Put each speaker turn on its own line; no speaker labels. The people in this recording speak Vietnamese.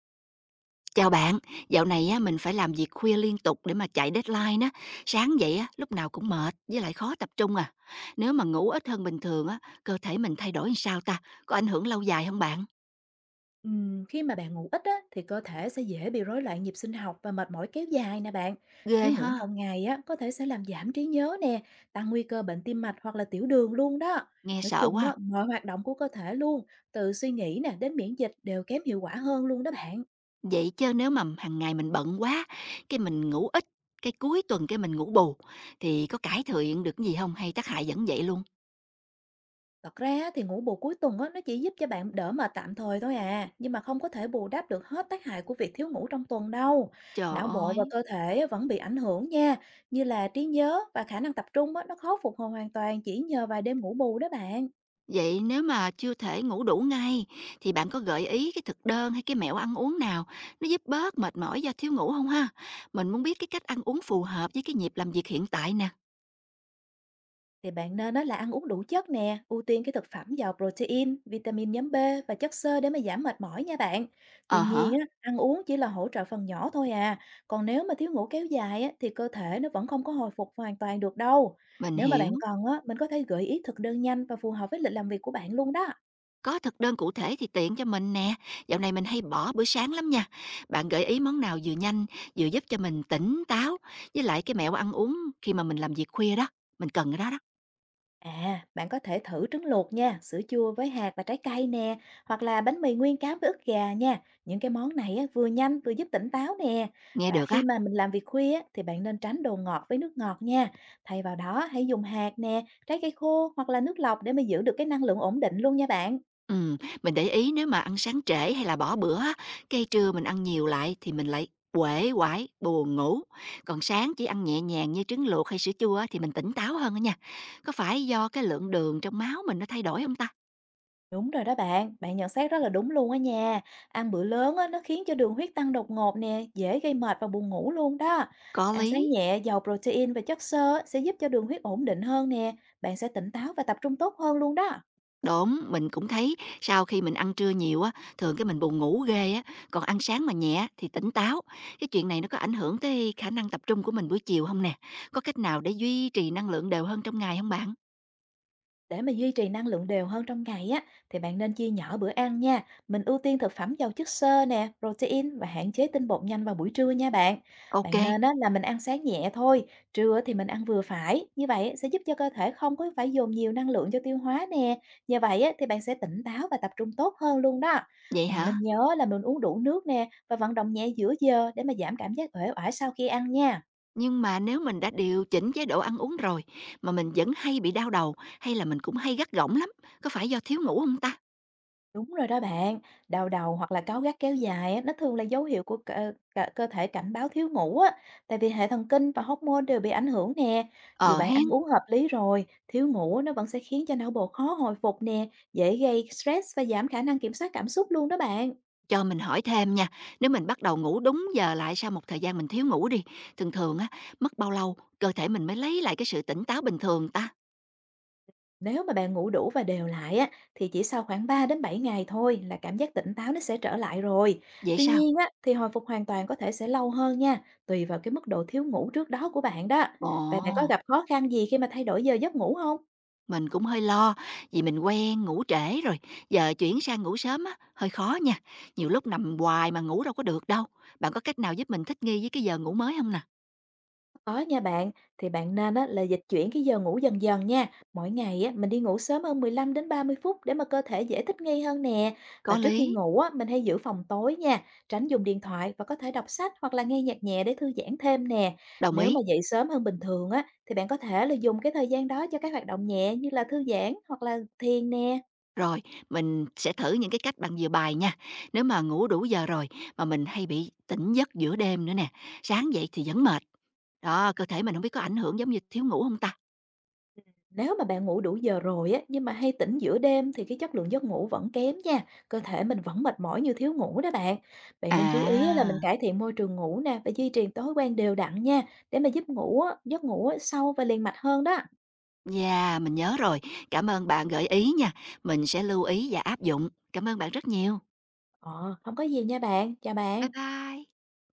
Chào bạn, dạo này á, mình phải làm việc khuya liên tục để mà chạy deadline á. Sáng dậy á, lúc nào cũng mệt, với lại khó tập trung à. Nếu mà ngủ ít hơn bình thường á, cơ thể mình thay đổi làm sao ta? Có ảnh hưởng lâu dài không bạn?
Khi mà bạn ngủ ít á, thì cơ thể sẽ dễ bị rối loạn nhịp sinh học và mệt mỏi kéo dài nè bạn.
Ghê
Thiếu ngủ
ha,
lâu ngày á, có thể sẽ làm giảm trí nhớ nè, tăng nguy cơ bệnh tim mạch hoặc là tiểu đường luôn đó.
nghe
Nói
sợ
chung
quá.
á,
À.
mọi hoạt động của cơ thể luôn, từ suy nghĩ nè đến miễn dịch đều kém hiệu quả hơn luôn đó bạn.
Vậy chứ nếu mà hàng ngày mình bận quá, cái mình ngủ ít, cái cuối tuần cái mình ngủ bù, thì có cải thiện được gì không hay tác hại vẫn vậy luôn?
Thật ra á, thì ngủ bù cuối tuần á, nó chỉ giúp cho bạn đỡ mệt tạm thời thôi à, nhưng mà không có thể bù đắp được hết tác hại của việc thiếu ngủ trong tuần đâu.
Trời
Não bộ và
ơi!
cơ thể á, vẫn bị ảnh hưởng nha, như là trí nhớ và khả năng tập trung á, nó khó phục hồi hoàn toàn chỉ nhờ vài đêm ngủ bù đó bạn.
Vậy nếu mà chưa thể ngủ đủ ngay thì bạn có gợi ý cái thực đơn hay cái mẹo ăn uống nào nó giúp bớt mệt mỏi do thiếu ngủ không ha? Mình muốn biết cái cách ăn uống phù hợp với cái nhịp làm việc hiện tại nè.
Thì bạn nên đó là ăn uống đủ chất nè, ưu tiên cái thực phẩm giàu protein, vitamin nhóm B và chất xơ để mà giảm mệt mỏi nha bạn. Tuy
Ờ hả,
nhiên á, ăn uống chỉ là hỗ trợ phần nhỏ thôi à, còn nếu mà thiếu ngủ kéo dài á, thì cơ thể nó vẫn không có hồi phục hoàn toàn được đâu.
mình
Nếu mà
hiểu.
bạn cần á, mình có thể gợi ý thực đơn nhanh và phù hợp với lịch làm việc của bạn luôn đó.
Có thực đơn cụ thể thì tiện cho mình nè. Dạo này mình hay bỏ bữa sáng lắm nha. Bạn gợi ý món nào vừa nhanh, vừa giúp cho mình tỉnh táo với lại cái mẹo ăn uống khi mà mình làm việc khuya đó. Mình cần cái đó đó.
À, bạn có thể thử trứng luộc nha, sữa chua với hạt và trái cây nè, hoặc là bánh mì nguyên cám với ức gà nha. Những cái món này á, vừa nhanh vừa giúp tỉnh táo nè.
Nghe
Và
được
khi
á.
mà mình làm việc khuya á, thì bạn nên tránh đồ ngọt với nước ngọt nha. Thay vào đó hãy dùng hạt nè, trái cây khô hoặc là nước lọc để mà giữ được cái năng lượng ổn định luôn nha bạn.
Ừm, mình để ý nếu mà ăn sáng trễ hay là bỏ bữa á, cái trưa mình ăn nhiều lại thì mình lại uể oải, buồn ngủ. Còn sáng chỉ ăn nhẹ nhàng như trứng luộc hay sữa chua á, thì mình tỉnh táo hơn đó nha. Có phải do cái lượng đường trong máu mình nó thay đổi không ta?
Đúng rồi đó bạn, bạn nhận xét rất là đúng luôn á nha. Ăn bữa lớn á, nó khiến cho đường huyết tăng đột ngột nè, dễ gây mệt và buồn ngủ luôn đó.
Có
Ăn
lý.
sáng nhẹ, giàu protein và chất xơ á, sẽ giúp cho đường huyết ổn định hơn nè, bạn sẽ tỉnh táo và tập trung tốt hơn luôn đó.
Đúng, mình cũng thấy sau khi mình ăn trưa nhiều á, thường cái mình buồn ngủ ghê á, còn ăn sáng mà nhẹ thì tỉnh táo. Cái chuyện này nó có ảnh hưởng tới khả năng tập trung của mình buổi chiều không nè? Có cách nào để duy trì năng lượng đều hơn trong ngày không bạn?
Để mà duy trì năng lượng đều hơn trong ngày á, thì bạn nên chia nhỏ bữa ăn nha. Mình ưu tiên thực phẩm giàu chất xơ nè, protein và hạn chế tinh bột nhanh vào buổi trưa nha bạn.
Ok,
Bạn nên á, là mình ăn sáng nhẹ thôi, trưa thì mình ăn vừa phải. Như vậy sẽ giúp cho cơ thể không có phải dồn nhiều năng lượng cho tiêu hóa nè. Như vậy á, thì bạn sẽ tỉnh táo và tập trung tốt hơn luôn đó.
vậy
Bạn
hả?
nên nhớ là mình uống đủ nước nè và vận động nhẹ giữa giờ để mà giảm cảm giác uể oải sau khi ăn nha.
Nhưng mà nếu mình đã điều chỉnh chế độ ăn uống rồi mà mình vẫn hay bị đau đầu hay là mình cũng hay gắt gỏng lắm, có phải do thiếu ngủ không ta?
Đúng rồi đó bạn, đau đầu hoặc là cáu gắt kéo dài á, nó thường là dấu hiệu của cơ thể cảnh báo thiếu ngủ á, tại vì hệ thần kinh và hormone đều bị ảnh hưởng nè. Dù
Ờ
bạn
hén,
ăn uống hợp lý rồi, thiếu ngủ á, nó vẫn sẽ khiến cho não bộ khó hồi phục nè, dễ gây stress và giảm khả năng kiểm soát cảm xúc luôn đó bạn.
cho mình hỏi thêm nha, nếu mình bắt đầu ngủ đúng giờ lại sau một thời gian mình thiếu ngủ đi, thường thường á, mất bao lâu cơ thể mình mới lấy lại cái sự tỉnh táo bình thường ta?
Nếu mà bạn ngủ đủ và đều lại á, thì chỉ sau khoảng 3 đến 7 ngày thôi là cảm giác tỉnh táo nó sẽ trở lại rồi.
Vậy
Tuy
sao?
nhiên á, thì hồi phục hoàn toàn có thể sẽ lâu hơn nha, tùy vào cái mức độ thiếu ngủ trước đó của bạn đó.
Ồ,
Và bạn có gặp khó khăn gì khi mà thay đổi giờ giấc ngủ không?
mình cũng hơi lo, vì mình quen ngủ trễ rồi, giờ chuyển sang ngủ sớm á, hơi khó nha, nhiều lúc nằm hoài mà ngủ đâu có được đâu. Bạn có cách nào giúp mình thích nghi với cái giờ ngủ mới không nè?
Có nha bạn, thì bạn nên á, là dịch chuyển cái giờ ngủ dần dần nha. Mỗi ngày á, mình đi ngủ sớm hơn 15 đến 30 phút để mà cơ thể dễ thích nghi hơn nè. Và
Có
trước khi
lý.
ngủ á, mình hay giữ phòng tối nha, tránh dùng điện thoại và có thể đọc sách hoặc là nghe nhạc nhẹ để thư giãn thêm nè.
Đồng
Nếu
ý.
mà dậy sớm hơn bình thường á, thì bạn có thể là dùng cái thời gian đó cho các hoạt động nhẹ như là thư giãn hoặc là thiền nè.
Rồi, mình sẽ thử những cái cách bạn vừa bài nha. Nếu mà ngủ đủ giờ rồi mà mình hay bị tỉnh giấc giữa đêm nữa nè, sáng dậy thì vẫn mệt. Đó, cơ thể mình không biết có ảnh hưởng giống như thiếu ngủ không ta?
Nếu mà bạn ngủ đủ giờ rồi á, nhưng mà hay tỉnh giữa đêm thì cái chất lượng giấc ngủ vẫn kém nha. Cơ thể mình vẫn mệt mỏi như thiếu ngủ đó bạn. Bạn nên chú ý á là mình
À,
cải thiện môi trường ngủ nè và duy trì thói quen đều đặn nha để mà giấc ngủ á, sâu và liền mạch hơn đó.
yeah, mình nhớ rồi. Cảm ơn bạn gợi ý nha, mình sẽ lưu ý và áp dụng. Cảm ơn bạn rất nhiều.
Ờ, không có gì nha bạn. Chào
Bye
bạn.
bye.